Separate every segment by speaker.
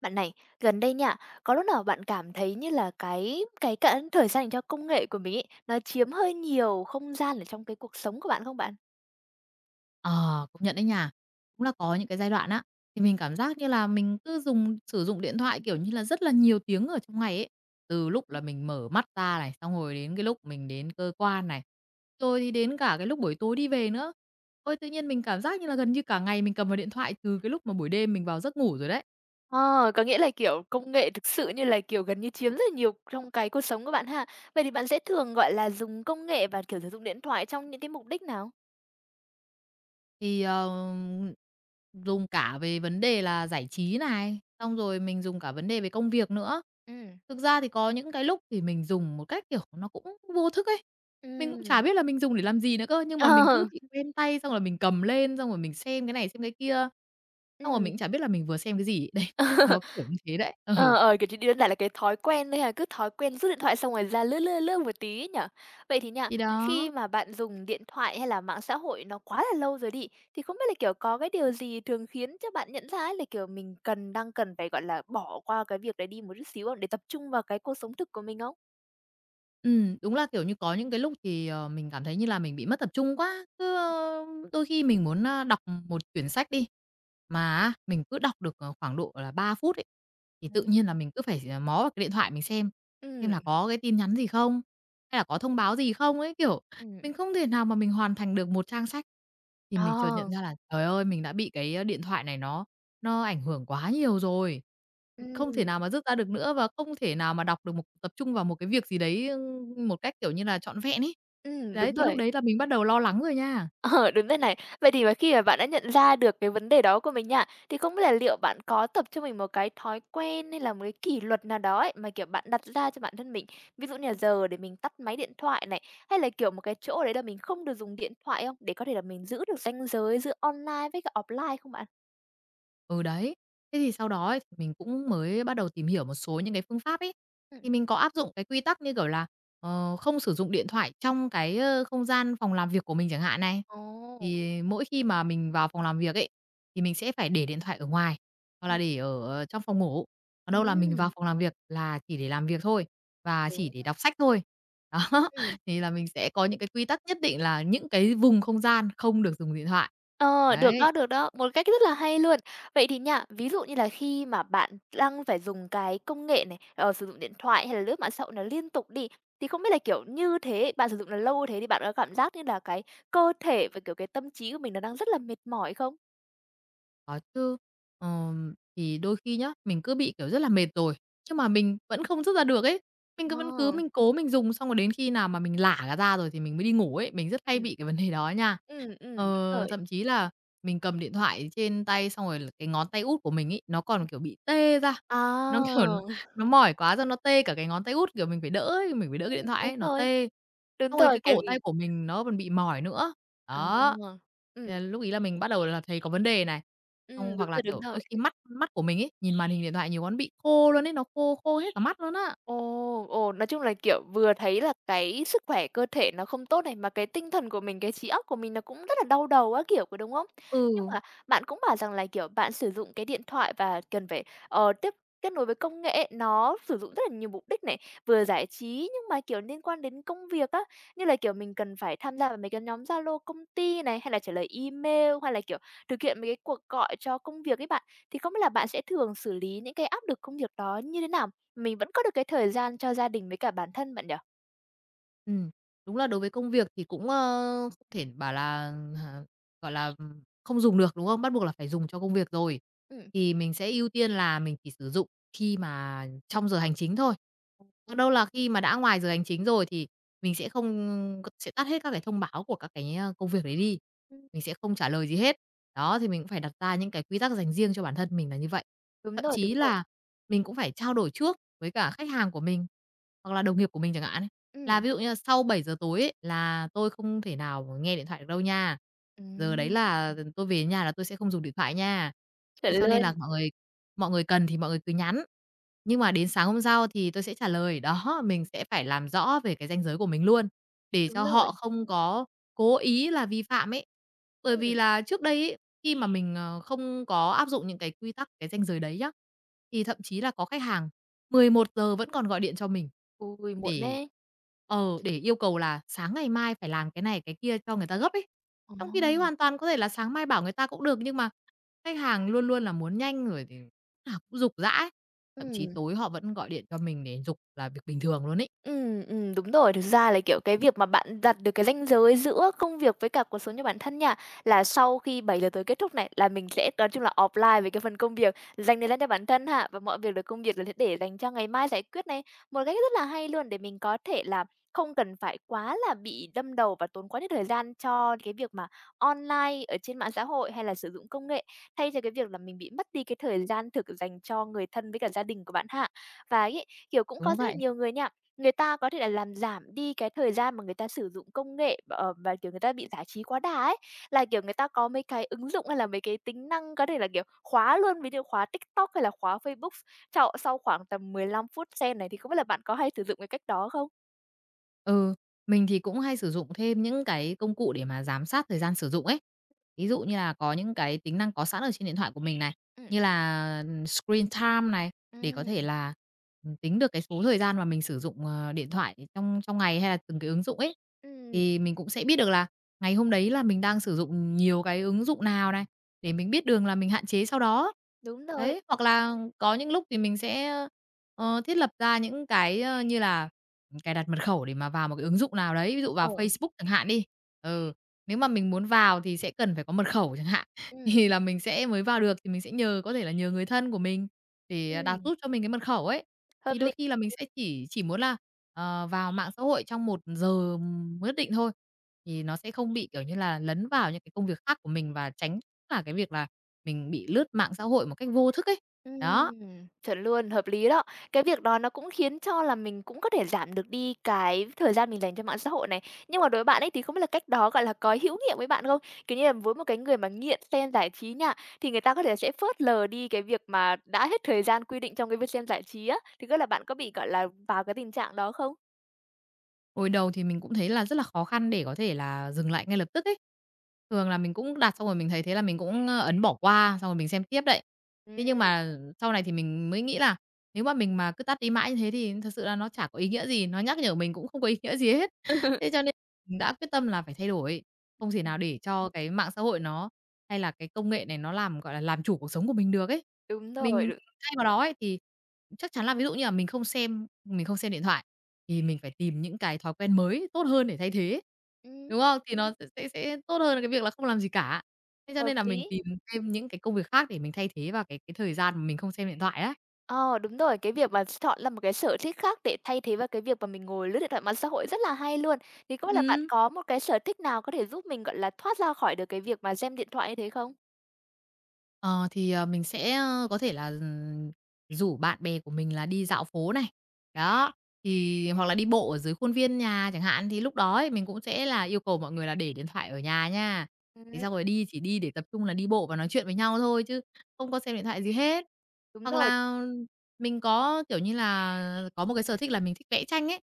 Speaker 1: Bạn này, gần đây nha, có lúc nào bạn cảm thấy như là cái cả thời gian dành cho công nghệ của mình ấy, nó chiếm hơi nhiều không gian ở trong cái cuộc sống của bạn không bạn?
Speaker 2: Ờ, Công nhận đấy nha. Cũng là có những cái giai đoạn á, thì mình cảm giác như là mình cứ sử dụng điện thoại, kiểu như là, rất là nhiều tiếng ở trong ngày ấy. Từ lúc
Speaker 1: Ừm.
Speaker 2: là mình mở mắt ra này, xong rồi đến cái lúc mình đến cơ quan này, rồi thì đến cả cái lúc buổi tối đi về nữa. Ôi, tự nhiên mình cảm giác như là gần như cả ngày mình cầm vào điện thoại từ cái lúc mà buổi đêm mình vào giấc ngủ rồi đấy.
Speaker 1: Ờ, có nghĩa là, kiểu, công nghệ thực sự như là, kiểu, gần như chiếm rất là nhiều trong cái cuộc sống của bạn ha. Vậy thì bạn sẽ thường, gọi là, dùng công nghệ và, kiểu, sử dụng điện thoại trong những cái mục đích nào?
Speaker 2: Thì, ờ, Dùng cả về vấn đề là giải trí này, xong rồi mình dùng cả vấn đề về công việc nữa.
Speaker 1: Ừm.
Speaker 2: Thực ra thì có những cái lúc thì mình dùng một cách, kiểu, nó cũng vô thức ấy, mình cũng
Speaker 1: Ừm.
Speaker 2: chả biết là mình dùng để làm gì nữa cơ, nhưng mà mình
Speaker 1: Ờ,
Speaker 2: cứ bị quen tay, xong rồi mình cầm lên, xong rồi mình xem cái này, xem cái kia, xong rồi
Speaker 1: ừm.
Speaker 2: mình cũng chả biết là mình vừa xem cái gì. Đấy, nó kiểu như thế đấy.
Speaker 1: Ờ,
Speaker 2: Ừ,
Speaker 1: ờ, kiểu, chỉ đơn giản là cái thói quen thôi ha, cứ thói quen rút điện thoại xong rồi ra lướt, lướt, lướt một tí ấy nhỉ? Vậy thì nha,
Speaker 2: thì đó.
Speaker 1: khi mà bạn dùng điện thoại hay là mạng xã hội nó quá là lâu rồi đi, thì không biết là, kiểu, có cái điều gì thường khiến cho bạn nhận ra ấy là, kiểu, mình đang cần phải, gọi là, bỏ qua cái việc đấy đi một chút xíu không? Để tập trung vào cái cuộc sống thực của mình không?
Speaker 2: Đúng là, kiểu như, có những cái lúc thì, mình cảm thấy như là mình bị mất tập trung quá, đôi khi mình muốn, đọc một quyển sách đi, mà á, mình cứ đọc được, khoảng độ là 3 phút ấy, thì tự
Speaker 1: Ừm.
Speaker 2: nhiên là mình cứ phải, mó vào cái điện thoại mình xem
Speaker 1: Ừm.
Speaker 2: là có cái tin nhắn gì không, hay là có thông báo gì không ấy, kiểu,
Speaker 1: Ừm.
Speaker 2: mình không thể nào mà mình hoàn thành được một trang sách. Thì mình chợt
Speaker 1: Ờ,
Speaker 2: nhận ra là, trời ơi, mình đã bị cái, điện thoại này nó ảnh hưởng quá nhiều rồi. Không thể
Speaker 1: ừm,
Speaker 2: nào mà dứt ra được nữa và không thể nào mà đọc được một tập trung vào một cái việc gì đấy, một cách, kiểu như là, trọn vẹn ấy. Đấy,
Speaker 1: đúng
Speaker 2: thì lúc
Speaker 1: rồi.
Speaker 2: đấy là mình bắt đầu lo lắng rồi nha.
Speaker 1: Ờ, đúng thế này. Vậy thì mà khi mà bạn đã nhận ra được cái vấn đề đó của mình nha, thì không biết là liệu bạn có tập cho mình một cái thói quen hay là một cái kỷ luật nào đó ấy, mà, kiểu, bạn đặt ra cho bản thân mình? Ví dụ như là giờ để mình tắt máy điện thoại này, hay là, kiểu, một cái chỗ ở đấy là mình không được dùng điện thoại không? Để có thể là mình giữ được ranh giới giữa online với cả offline không bạn?
Speaker 2: Ừ, đấy. Thế thì sau đó ấy, thì mình cũng mới bắt đầu tìm hiểu một số những cái phương pháp ấy.
Speaker 1: Ừm.
Speaker 2: Thì mình có áp dụng cái quy tắc như kiểu là, không sử dụng điện thoại trong cái, không gian phòng làm việc của mình chẳng hạn này.
Speaker 1: Ồ.
Speaker 2: Thì mỗi khi mà mình vào phòng làm việc ấy, thì mình sẽ phải để điện thoại ở ngoài, hoặc là
Speaker 1: Ừm,
Speaker 2: để ở trong phòng ngủ. Còn đâu là mình vào
Speaker 1: ừm,
Speaker 2: phòng làm việc là chỉ để làm việc thôi, và
Speaker 1: đúng.
Speaker 2: chỉ để đọc sách thôi. Đó,
Speaker 1: Ừm.
Speaker 2: thì là mình sẽ có những cái quy tắc nhất định là những cái vùng không gian không được dùng điện thoại.
Speaker 1: Ờ,
Speaker 2: Đấy.
Speaker 1: được đó, một cách rất là hay luôn. Vậy thì nha, ví dụ như là khi mà bạn đang phải dùng cái công nghệ này, ờ, sử dụng điện thoại hay là lướt mạng xã hội nó liên tục đi, thì không biết là, kiểu, như thế bạn sử dụng nó lâu thế thì bạn có cảm giác như là cái cơ thể và, kiểu, cái tâm trí của mình nó đang rất là mệt mỏi không?
Speaker 2: Có chứ. Thì đôi khi nhá, mình cứ bị, kiểu, rất là mệt rồi, nhưng mà mình vẫn không dứt ra được ấy. Mình vẫn cứ
Speaker 1: Ờ.
Speaker 2: mình cố mình dùng xong rồi đến khi nào mà mình lả cả ra rồi thì mình mới đi ngủ ấy, mình rất hay
Speaker 1: Ừ
Speaker 2: bị cái vấn đề đó nha.
Speaker 1: ừ đúng rồi.
Speaker 2: Thậm chí là mình cầm điện thoại trên tay xong rồi là cái ngón tay út của mình ấy, nó còn, kiểu, bị tê ra, nó,
Speaker 1: À,
Speaker 2: kiểu nó mỏi quá xong nó tê cả cái ngón tay út, kiểu, mình phải đỡ ấy, mình phải đỡ cái điện thoại
Speaker 1: đúng
Speaker 2: ấy, nó
Speaker 1: rồi,
Speaker 2: tê.
Speaker 1: đúng
Speaker 2: Xong rồi
Speaker 1: rồi,
Speaker 2: cái
Speaker 1: tại
Speaker 2: cổ tay
Speaker 1: vì
Speaker 2: của mình nó còn bị mỏi nữa.
Speaker 1: à,
Speaker 2: Đó,
Speaker 1: ừ
Speaker 2: thế là lúc ấy là mình bắt đầu là thấy có vấn đề này.
Speaker 1: ừ
Speaker 2: Xong
Speaker 1: đúng
Speaker 2: hoặc là,
Speaker 1: rồi, đúng
Speaker 2: kiểu,
Speaker 1: rồi.
Speaker 2: đôi khi mắt mắt của mình ấy, nhìn màn hình điện thoại nhiều quá nó bị khô luôn ấy, nó khô khô hết cả mắt luôn á.
Speaker 1: Ồ, ồ, nói chung là, kiểu, vừa thấy là cái sức khỏe cơ thể nó không tốt này, mà cái tinh thần của mình, cái trí óc của mình nó cũng rất là đau đầu á kiểu, có đúng không? Nhưng
Speaker 2: Ừ.
Speaker 1: mà bạn cũng bảo rằng là, kiểu, bạn sử dụng cái điện thoại và cần phải, ờ, kết nối với công nghệ, nó sử dụng rất là nhiều mục đích này, vừa giải trí nhưng mà, kiểu, liên quan đến công việc á, như là, kiểu, mình cần phải tham gia vào mấy cái nhóm Zalo công ty này, hay là trả lời email, hay là, kiểu, thực hiện mấy cái cuộc gọi cho công việc ấy bạn. Thì không biết là bạn sẽ thường xử lý những cái áp lực công việc đó như thế nào? Mình vẫn có được cái thời gian cho gia đình với cả bản thân bạn nhỉ?
Speaker 2: Ừm, Đúng là đối với công việc thì cũng, không thể bảo là, hả, gọi là, không dùng được, đúng không? Bắt buộc là phải dùng cho công việc rồi,
Speaker 1: Ừm.
Speaker 2: thì mình sẽ ưu tiên là mình chỉ sử dụng khi mà trong giờ hành chính thôi. Còn đâu là khi mà đã ngoài giờ hành chính rồi thì mình sẽ không sẽ tắt hết các cái thông báo của các cái, công việc đấy đi,
Speaker 1: Ừm.
Speaker 2: mình sẽ không trả lời gì hết. Đó, thì mình cũng phải đặt ra những cái quy tắc dành riêng cho bản thân mình là như vậy.
Speaker 1: Đúng
Speaker 2: Thậm
Speaker 1: rồi, đúng
Speaker 2: chí
Speaker 1: rồi.
Speaker 2: là mình cũng phải trao đổi trước với cả khách hàng của mình, hoặc là đồng nghiệp của mình chẳng hạn ấy. Là
Speaker 1: Ừm,
Speaker 2: ví dụ như là sau 7 giờ tối ấy, là tôi không thể nào nghe điện thoại được đâu nha. Giờ đấy
Speaker 1: ừm,
Speaker 2: là tôi về nhà là tôi sẽ không dùng điện thoại nha.
Speaker 1: chuẩn
Speaker 2: Thế cho nên
Speaker 1: luôn,
Speaker 2: là mọi người cần thì mọi người cứ nhắn, nhưng mà đến sáng hôm sau thì tôi sẽ trả lời. Đó, mình sẽ phải làm rõ về cái ranh giới của mình luôn, để
Speaker 1: đúng
Speaker 2: cho
Speaker 1: rồi.
Speaker 2: họ không có cố ý là vi phạm ấy. Bởi
Speaker 1: Ừm,
Speaker 2: vì là trước đây ấy, khi mà mình, không có áp dụng những cái quy tắc, cái ranh giới đấy nhá, thì thậm chí là có khách hàng 11 giờ vẫn còn gọi điện cho mình
Speaker 1: ui, muộn
Speaker 2: để
Speaker 1: thế.
Speaker 2: để yêu cầu là sáng ngày mai phải làm cái này, cái kia cho người ta gấp ấy.
Speaker 1: Ồ.
Speaker 2: Trong khi đấy hoàn toàn có thể là sáng mai bảo người ta cũng được, nhưng mà khách hàng luôn luôn là muốn nhanh rồi thì lúc nào cũng giục giã ấy. Thậm chí
Speaker 1: Ừm.
Speaker 2: tối họ vẫn gọi điện cho mình để giục là việc bình thường luôn ấy.
Speaker 1: Ừ đúng rồi. Thực ra là, kiểu, cái việc mà bạn đặt được cái ranh giới giữa công việc với cả cuộc sống cho bản thân nha, là sau khi 7 giờ tối kết thúc này là mình sẽ nói chung là offline về cái phần công việc, dành thời gian cho bản thân hạ và mọi việc được công việc là sẽ để dành cho ngày mai giải quyết này. Một cách rất là hay luôn để mình có thể là không cần phải quá là bị đâm đầu và tốn quá nhiều thời gian cho cái việc mà online ở trên mạng xã hội hay là sử dụng công nghệ, thay cho cái việc là mình bị mất đi cái thời gian thực dành cho người thân với cả gia đình của bạn hạ. Và ấy, kiểu, cũng có
Speaker 2: Đúng
Speaker 1: rất là
Speaker 2: vậy.
Speaker 1: nhiều người nha. Người ta có thể là làm giảm đi cái thời gian mà người ta sử dụng công nghệ, ờ, và, kiểu, người ta bị giải trí quá đà ấy. Là, kiểu, người ta có mấy cái ứng dụng hay là mấy cái tính năng có thể là, kiểu, khóa luôn, ví dụ khóa TikTok hay là khóa Facebook trọ sau khoảng tầm 15 phút xem này, thì không biết là bạn có hay sử dụng cái cách đó không?
Speaker 2: Ừ, mình thì cũng hay sử dụng thêm những cái công cụ để mà giám sát thời gian sử dụng ấy. Ví dụ như là có những cái tính năng có sẵn ở trên điện thoại của mình này,
Speaker 1: Ừm,
Speaker 2: như là screen time này để có thể
Speaker 1: ừm,
Speaker 2: là, tính được cái số thời gian mà mình sử dụng, điện thoại trong trong ngày hay là từng cái ứng dụng ấy.
Speaker 1: ừm,
Speaker 2: Thì mình cũng sẽ biết được là ngày hôm đấy là mình đang sử dụng nhiều cái ứng dụng nào này, để mình biết đường là mình hạn chế sau đó.
Speaker 1: đúng rồi.
Speaker 2: Đấy, hoặc là có những lúc thì mình sẽ, thiết lập ra những cái, như là, cài đặt mật khẩu để mà vào một cái ứng dụng nào đấy, ví dụ
Speaker 1: Ờ,
Speaker 2: vào Facebook chẳng hạn đi. Ừ, nếu mà mình muốn vào thì sẽ cần phải có mật khẩu chẳng hạn,
Speaker 1: ừm,
Speaker 2: thì là mình sẽ mới vào được, thì mình sẽ nhờ có thể là nhờ người thân của mình để, đặt
Speaker 1: ừm,
Speaker 2: giúp cho mình cái mật khẩu ấy.
Speaker 1: hợp
Speaker 2: Thì
Speaker 1: lý.
Speaker 2: đôi khi là mình sẽ chỉ muốn là, vào mạng xã hội trong 1 giờ nhất định thôi, thì nó sẽ không bị, kiểu như là, lấn vào những cái công việc khác của mình và tránh là cái việc là mình bị lướt mạng xã hội một cách vô thức ấy. Đó,
Speaker 1: Chuẩn luôn, hợp lý đó. Cái việc đó nó cũng khiến cho là mình cũng có thể giảm được đi cái thời gian mình dành cho mạng xã hội này. Nhưng mà đối với bạn ấy thì không biết là cách đó, gọi là, có hữu nghiệm với bạn không? Kiểu như là, với một cái người mà nghiện xem giải trí nha, thì người ta có thể sẽ phớt lờ đi cái việc mà đã hết thời gian quy định trong cái việc xem giải trí á, thì có là bạn có bị, gọi là, vào cái tình trạng đó không?
Speaker 2: hồi đầu thì mình cũng thấy là rất là khó khăn để có thể là dừng lại ngay lập tức ấy. Thường là mình cũng đặt xong rồi mình thấy thế là mình cũng, ấn bỏ qua, xong rồi mình xem tiếp đấy.
Speaker 1: Ừm.
Speaker 2: Thế nhưng mà sau này thì mình mới nghĩ là nếu mà mình mà cứ tắt đi mãi như thế thì thật sự là nó chả có ý nghĩa gì, nó nhắc nhở mình cũng không có ý nghĩa gì hết. Thế cho nên mình đã quyết tâm là phải thay đổi, không thể nào để cho cái mạng xã hội nó hay là cái công nghệ này nó làm, gọi là, làm chủ cuộc sống của mình được ấy.
Speaker 1: Đúng rồi,
Speaker 2: Mình
Speaker 1: đ
Speaker 2: thay vào đó ấy, thì chắc chắn là ví dụ như là mình không xem điện thoại, thì mình phải tìm những cái thói quen mới tốt hơn để thay thế,
Speaker 1: ừm,
Speaker 2: đúng không? Thì nó sẽ tốt hơn là cái việc là không làm gì cả. Thế cho
Speaker 1: hợp
Speaker 2: nên là mình
Speaker 1: lý.
Speaker 2: tìm thêm những cái công việc khác để mình thay thế vào cái thời gian mà mình không xem điện thoại á.
Speaker 1: Ờ, đúng rồi, cái việc mà chọn là một cái sở thích khác để thay thế vào cái việc mà mình ngồi lướt điện thoại mạng xã hội rất là hay luôn. Thì không biết là bạn
Speaker 2: Ừm.
Speaker 1: có một cái sở thích nào có thể giúp mình, gọi là, thoát ra khỏi được cái việc mà xem điện thoại như thế không?
Speaker 2: Mình sẽ, có thể là, rủ bạn bè của mình là đi dạo phố này. Đó, thì hoặc là đi bộ ở dưới khuôn viên nhà chẳng hạn, thì lúc đó ấy mình cũng sẽ là yêu cầu mọi người là để điện thoại ở nhà nha. Thế
Speaker 1: Ừm.
Speaker 2: xong rồi đi chỉ đi để tập trung là đi bộ và nói chuyện với nhau thôi chứ không có xem điện thoại gì hết.
Speaker 1: Đúng
Speaker 2: Hoặc
Speaker 1: rồi.
Speaker 2: là mình có, có một cái sở thích là mình thích vẽ tranh ấy,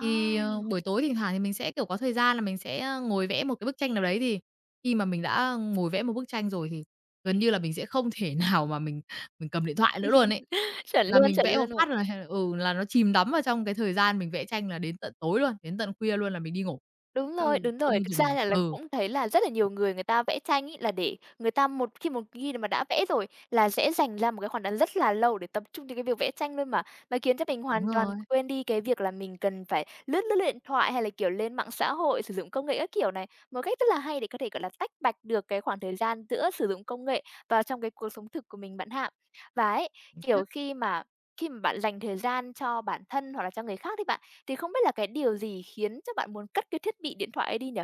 Speaker 2: thì, buổi tối thỉnh thoảng thì mình sẽ, có thời gian là mình sẽ, ngồi vẽ một cái bức tranh nào đấy, thì khi mà mình đã ngồi vẽ một bức tranh rồi thì gần như là mình sẽ không thể nào mà mình cầm điện thoại nữa luôn ấy.
Speaker 1: chuẩn
Speaker 2: Là
Speaker 1: luôn,
Speaker 2: mình
Speaker 1: chuẩn
Speaker 2: vẽ một
Speaker 1: luôn.
Speaker 2: phát là là nó chìm đắm vào trong cái thời gian mình vẽ tranh là đến tận tối luôn, đến tận khuya luôn là mình đi ngủ,
Speaker 1: Đúng rồi,
Speaker 2: chứ
Speaker 1: đúng rồi.
Speaker 2: không
Speaker 1: Thực ra
Speaker 2: dùng
Speaker 1: là
Speaker 2: ừ,
Speaker 1: cũng thấy là rất là nhiều người người ta vẽ tranh ấy là để người ta một khi mà đã vẽ rồi là sẽ dành ra một cái khoảng thời gian rất là lâu để tập trung cho cái việc vẽ tranh luôn mà khiến cho mình
Speaker 2: Đúng
Speaker 1: hoàn toàn
Speaker 2: rồi,
Speaker 1: quên đi cái việc là mình cần phải lướt lướt điện thoại hay là, kiểu, lên mạng xã hội, sử dụng công nghệ các kiểu này, một cách rất là hay để có thể, gọi là, tách bạch được cái khoảng thời gian giữa sử dụng công nghệ vào trong cái cuộc sống thực của mình bạn hạ. Và ấy,
Speaker 2: chính
Speaker 1: kiểu,
Speaker 2: xác.
Speaker 1: khi mà bạn dành thời gian cho bản thân hoặc là cho người khác đấy bạn, thì không biết là cái điều gì khiến cho bạn muốn cất cái thiết bị điện thoại ấy đi nhỉ?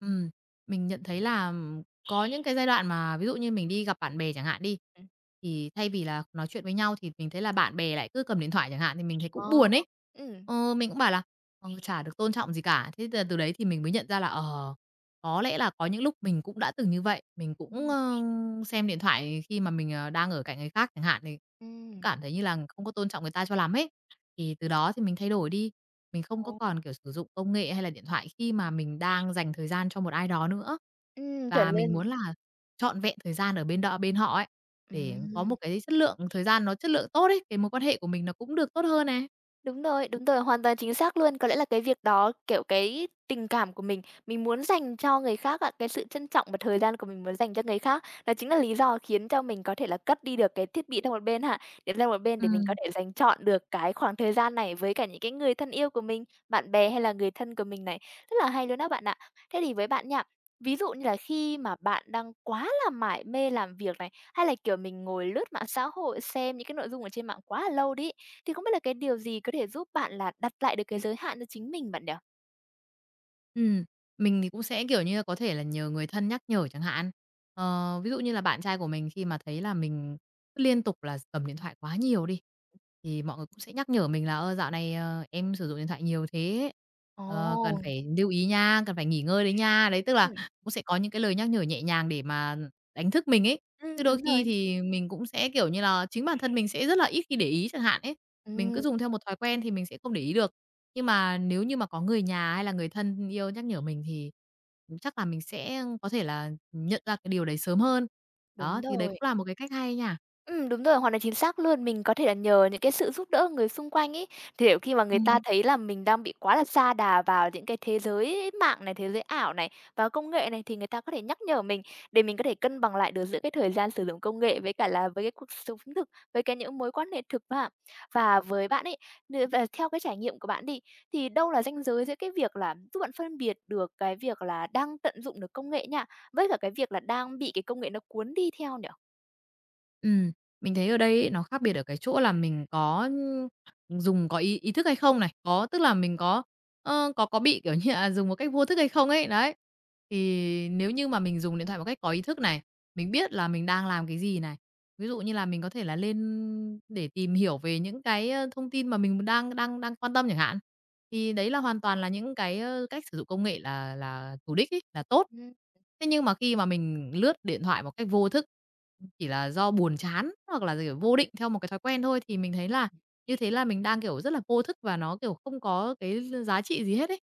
Speaker 2: Ừm, mình nhận thấy là, có những cái giai đoạn mà ví dụ như mình đi gặp bạn bè chẳng hạn đi,
Speaker 1: Ừm.
Speaker 2: thì thay vì là nói chuyện với nhau thì mình thấy là bạn bè lại cứ cầm điện thoại chẳng hạn, thì mình thấy cũng
Speaker 1: Ờ.
Speaker 2: buồn ấy.
Speaker 1: Ừm.
Speaker 2: Mình cũng bảo là "Ờ, chả được tôn trọng gì cả." Thế là từ đấy thì mình mới nhận ra là, có lẽ là có những lúc mình cũng đã từng như vậy, mình
Speaker 1: Ừm,
Speaker 2: cũng,
Speaker 1: ừm.
Speaker 2: xem điện thoại khi mà mình, đang ở cạnh người khác chẳng hạn, thì cũng
Speaker 1: Ừm.
Speaker 2: cảm thấy như là không có tôn trọng người ta cho lắm ấy. Thì từ đó thì mình thay đổi đi. Mình không
Speaker 1: Ồ.
Speaker 2: có còn, sử dụng công nghệ hay là điện thoại khi mà mình đang dành thời gian cho một ai đó nữa.
Speaker 1: Chuẩn
Speaker 2: Và mình
Speaker 1: luôn.
Speaker 2: muốn là trọn vẹn thời gian ở bên đó bên họ ấy, để có
Speaker 1: Ừm.
Speaker 2: một cái chất lượng thời gian nó chất lượng tốt ấy, cái mối quan hệ của mình nó cũng được tốt hơn nè.
Speaker 1: Đúng rồi, hoàn toàn chính xác luôn. Có lẽ là cái việc đó, kiểu, cái tình cảm của mình muốn dành cho người khác ạ cái sự trân trọng và thời gian của mình muốn dành cho người khác, đó chính là lý do khiến cho mình có thể là cất đi được cái thiết bị sang một bên ha, để sang một bên để mình có
Speaker 2: Ừm.
Speaker 1: thể dành chọn được cái khoảng thời gian này với cả những cái người thân yêu của mình, bạn bè hay là người thân của mình này. Rất là hay luôn đó bạn ạ. Thế thì với bạn nha, ví dụ như là khi mà bạn đang quá là mải mê làm việc này, hay là, kiểu, mình ngồi lướt mạng xã hội, xem những cái nội dung ở trên mạng quá là lâu đi, thì không biết là cái điều gì có thể giúp bạn là đặt lại được cái giới hạn cho chính mình bạn nhỉ?
Speaker 2: Ừm, mình thì cũng sẽ, có thể là nhờ người thân nhắc nhở chẳng hạn. Ờ, ví dụ như là bạn trai của mình khi mà thấy là mình cứ liên tục là cầm điện thoại quá nhiều đi, thì mọi người cũng sẽ nhắc nhở mình là "Ơ, dạo này, ờ, em sử dụng điện thoại nhiều thế, ờ, cần
Speaker 1: Ồ!
Speaker 2: phải lưu ý nha, cần phải nghỉ ngơi đấy nha." Đấy, tức là
Speaker 1: Ừm,
Speaker 2: cũng sẽ có những cái lời nhắc nhở nhẹ nhàng để mà đánh thức mình ấy. Chứ đôi
Speaker 1: đúng
Speaker 2: khi
Speaker 1: rồi.
Speaker 2: thì mình cũng sẽ, chính bản thân mình sẽ rất là ít khi để ý chẳng hạn ấy, mình cứ
Speaker 1: Ừm,
Speaker 2: dùng theo một thói quen thì mình sẽ không để ý được. Nhưng mà nếu như mà có người nhà hay là người thân yêu nhắc nhở mình thì chắc là mình sẽ có thể là nhận ra cái điều đấy sớm hơn.
Speaker 1: đúng
Speaker 2: Đó, thì đấy
Speaker 1: rồi.
Speaker 2: cũng là một cái cách hay nha.
Speaker 1: Ừ đúng rồi, hoàn toàn chính xác luôn. Mình có thể là nhờ những cái sự giúp đỡ người xung quanh ấy, thì kiểu, khi mà người ta
Speaker 2: Ừm,
Speaker 1: thấy là mình đang bị quá là sa đà vào những cái thế giới mạng này, thế giới ảo này, và công nghệ này, thì người ta có thể nhắc nhở mình để mình có thể cân bằng lại được giữa cái thời gian sử dụng công nghệ với cả là với cái cuộc sống thực, với cái những mối quan hệ thực ha. Và với bạn ấy, và theo cái trải nghiệm của bạn đi, thì đâu là ranh giới giữa cái việc là giúp bạn phân biệt được cái việc là đang tận dụng được công nghệ nha, với cả cái việc là đang bị cái công nghệ nó cuốn đi theo nhỉ?
Speaker 2: ừm, mình thấy ở đây ấy, nó khác biệt ở cái chỗ là mình có dùng có ý ý thức hay không này, có tức là mình có, có bị, dùng một cách vô thức hay không ấy, đấy. Thì nếu như mà mình dùng điện thoại một cách có ý thức này, mình biết là mình đang làm cái gì này, ví dụ như là mình có thể là lên để tìm hiểu về những cái, thông tin mà mình đang đang đang quan tâm chẳng hạn. Thì đấy là hoàn toàn là những cái, cách sử dụng công nghệ là chủ đích ấy, là tốt. Thế nhưng mà khi mà mình lướt điện thoại một cách vô thức, chỉ là do buồn chán hoặc là, vô định theo một cái thói quen thôi, thì mình thấy là như thế là mình đang, rất là vô thức và nó, không có cái giá trị gì hết ấy.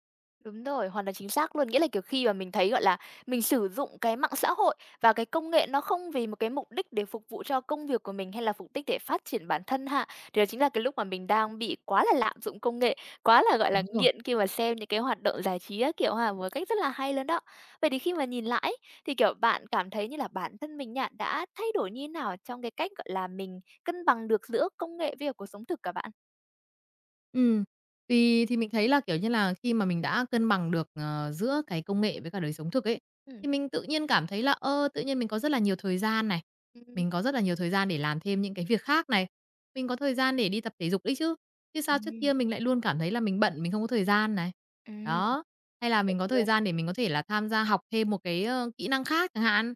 Speaker 1: Đúng rồi, hoàn toàn chính xác luôn. Nghĩa là, kiểu, khi mà mình thấy, gọi là, mình sử dụng cái mạng xã hội và cái công nghệ nó không vì một cái mục đích để phục vụ cho công việc của mình hay là mục đích để phát triển bản thân hạ thì đó chính là cái lúc mà mình đang bị quá là lạm dụng công nghệ, quá là, gọi là,
Speaker 2: Đúng rồi.
Speaker 1: nghiện khi mà xem những cái hoạt động giải trí á kiểu ha, một cách rất là hay luôn đó. Vậy thì khi mà nhìn lại ấy, thì, kiểu, bạn cảm thấy như là bản thân mình nha, đã thay đổi như thế nào trong cái cách, gọi là, mình cân bằng được giữa công nghệ với cả cuộc sống thực cả bạn?
Speaker 2: Ừm, thì mình thấy là, khi mà mình đã cân bằng được, giữa cái công nghệ với cả đời sống thực ấy,
Speaker 1: Ừm.
Speaker 2: thì mình tự nhiên cảm thấy là, tự nhiên mình có rất là nhiều thời gian này,
Speaker 1: Ừm, ừm.
Speaker 2: mình có rất là nhiều thời gian để làm thêm những cái việc khác này, mình có thời gian để đi tập thể dục đấy chứ. Chứ sao trước kia mình lại luôn cảm thấy là mình bận, mình không có thời gian này.
Speaker 1: Ừm,
Speaker 2: Đó, hay là
Speaker 1: chuẩn
Speaker 2: mình có thời
Speaker 1: luôn.
Speaker 2: gian để mình có thể là tham gia học thêm một cái, kỹ năng khác chẳng hạn.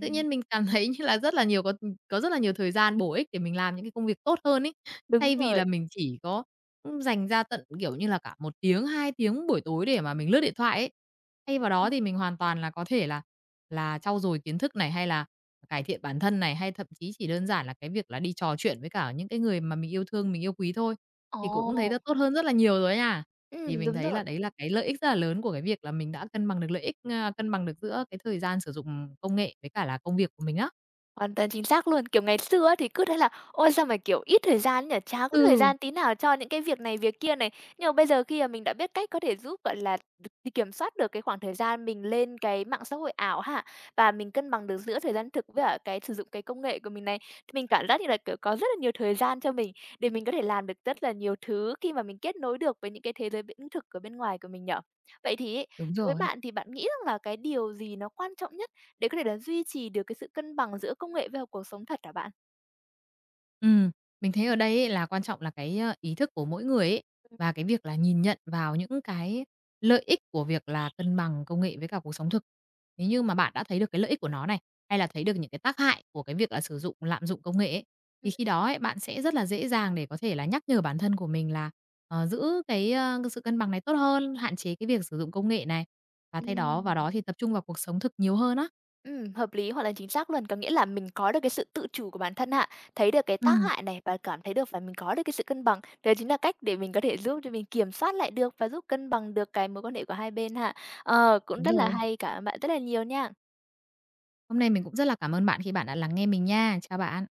Speaker 2: Tự nhiên mình cảm thấy như là rất là nhiều có rất là nhiều thời gian bổ ích để mình làm những cái công việc tốt hơn ấy.
Speaker 1: Đúng
Speaker 2: Thay vì là
Speaker 1: rồi.
Speaker 2: mình chỉ có, dành ra tận, cả một tiếng, 2 tiếng buổi tối để mà mình lướt điện thoại ấy, thay vào
Speaker 1: Ừm.
Speaker 2: đó thì mình hoàn toàn là có thể là trau dồi kiến thức này, hay là cải thiện bản thân này, hay thậm chí chỉ đơn giản là cái việc là đi trò chuyện với cả những cái người mà mình yêu thương, mình yêu quý thôi, thì
Speaker 1: Ồ!
Speaker 2: cũng thấy nó tốt hơn rất là nhiều rồi ấy nha. Thì mình
Speaker 1: Đúng
Speaker 2: thấy là
Speaker 1: rồi.
Speaker 2: đấy là cái lợi ích rất là lớn của cái việc là mình đã cân bằng được lợi ích, cân bằng được giữa cái thời gian sử dụng công nghệ với cả là công việc của mình á.
Speaker 1: Hoàn toàn chính xác luôn. Kiểu, ngày xưa á thì cứ thấy là "Ôi, sao mà, kiểu, ít thời gian ấy nhỉ? Chả có thời
Speaker 2: Ừ,
Speaker 1: gian tí nào cho những cái việc này việc kia này." Nhưng mà bây giờ khi mà mình đã biết cách có thể giúp, gọi là, được thì kiểm soát được cái khoảng thời gian mình lên cái mạng xã hội ảo ha, và mình cân bằng được giữa thời gian thực với cả cái sử dụng cái công nghệ của mình này, thì mình cảm giác như là, kiểu, có rất là nhiều thời gian cho mình để mình có thể làm được rất là nhiều thứ khi mà mình kết nối được với những cái thế giới bên thực ở bên ngoài của mình nhỉ? Vậy thì ấy,
Speaker 2: đúng
Speaker 1: đối với
Speaker 2: rồi.
Speaker 1: bạn thì bạn nghĩ rằng là cái điều gì nó quan trọng nhất để có thể là duy trì được cái sự cân bằng giữa công nghệ với cuộc sống thật hả bạn?
Speaker 2: Ừm, mình thấy ở đây ấy là quan trọng là cái, ý thức của mỗi người ấy,
Speaker 1: Ừm.
Speaker 2: và cái việc là nhìn nhận vào những cái lợi ích của việc là cân bằng công nghệ với cả cuộc sống thực. Nếu như mà bạn đã thấy được cái lợi ích của nó này, hay là thấy được những cái tác hại của cái việc là sử dụng lạm dụng công nghệ ấy, thì
Speaker 1: Ừm.
Speaker 2: khi đó ấy, bạn sẽ rất là dễ dàng để có thể là nhắc nhở bản thân của mình là, giữ cái, sự cân bằng này tốt hơn, hạn chế cái việc sử dụng công nghệ này, và thay đó
Speaker 1: Ừm.
Speaker 2: vào đó thì tập trung vào cuộc sống thực nhiều hơn á.
Speaker 1: Hợp lý, hoàn toàn chính xác luôn. Có nghĩa là mình có được cái sự tự chủ của bản thân ha, thấy được cái tác
Speaker 2: Ừm.
Speaker 1: hại này và cảm thấy được và mình có được cái sự cân bằng. Đấy chính là cách để mình có thể giúp cho mình kiểm soát lại được và giúp cân bằng được cái mối quan hệ của hai bên ha. Ờ, cũng
Speaker 2: Đúng
Speaker 1: rất là
Speaker 2: rồi.
Speaker 1: hay. Cảm ơn bạn rất là nhiều nha.
Speaker 2: Hôm nay mình cũng rất là cảm ơn bạn khi bạn đã lắng nghe mình nha. Chào bạn.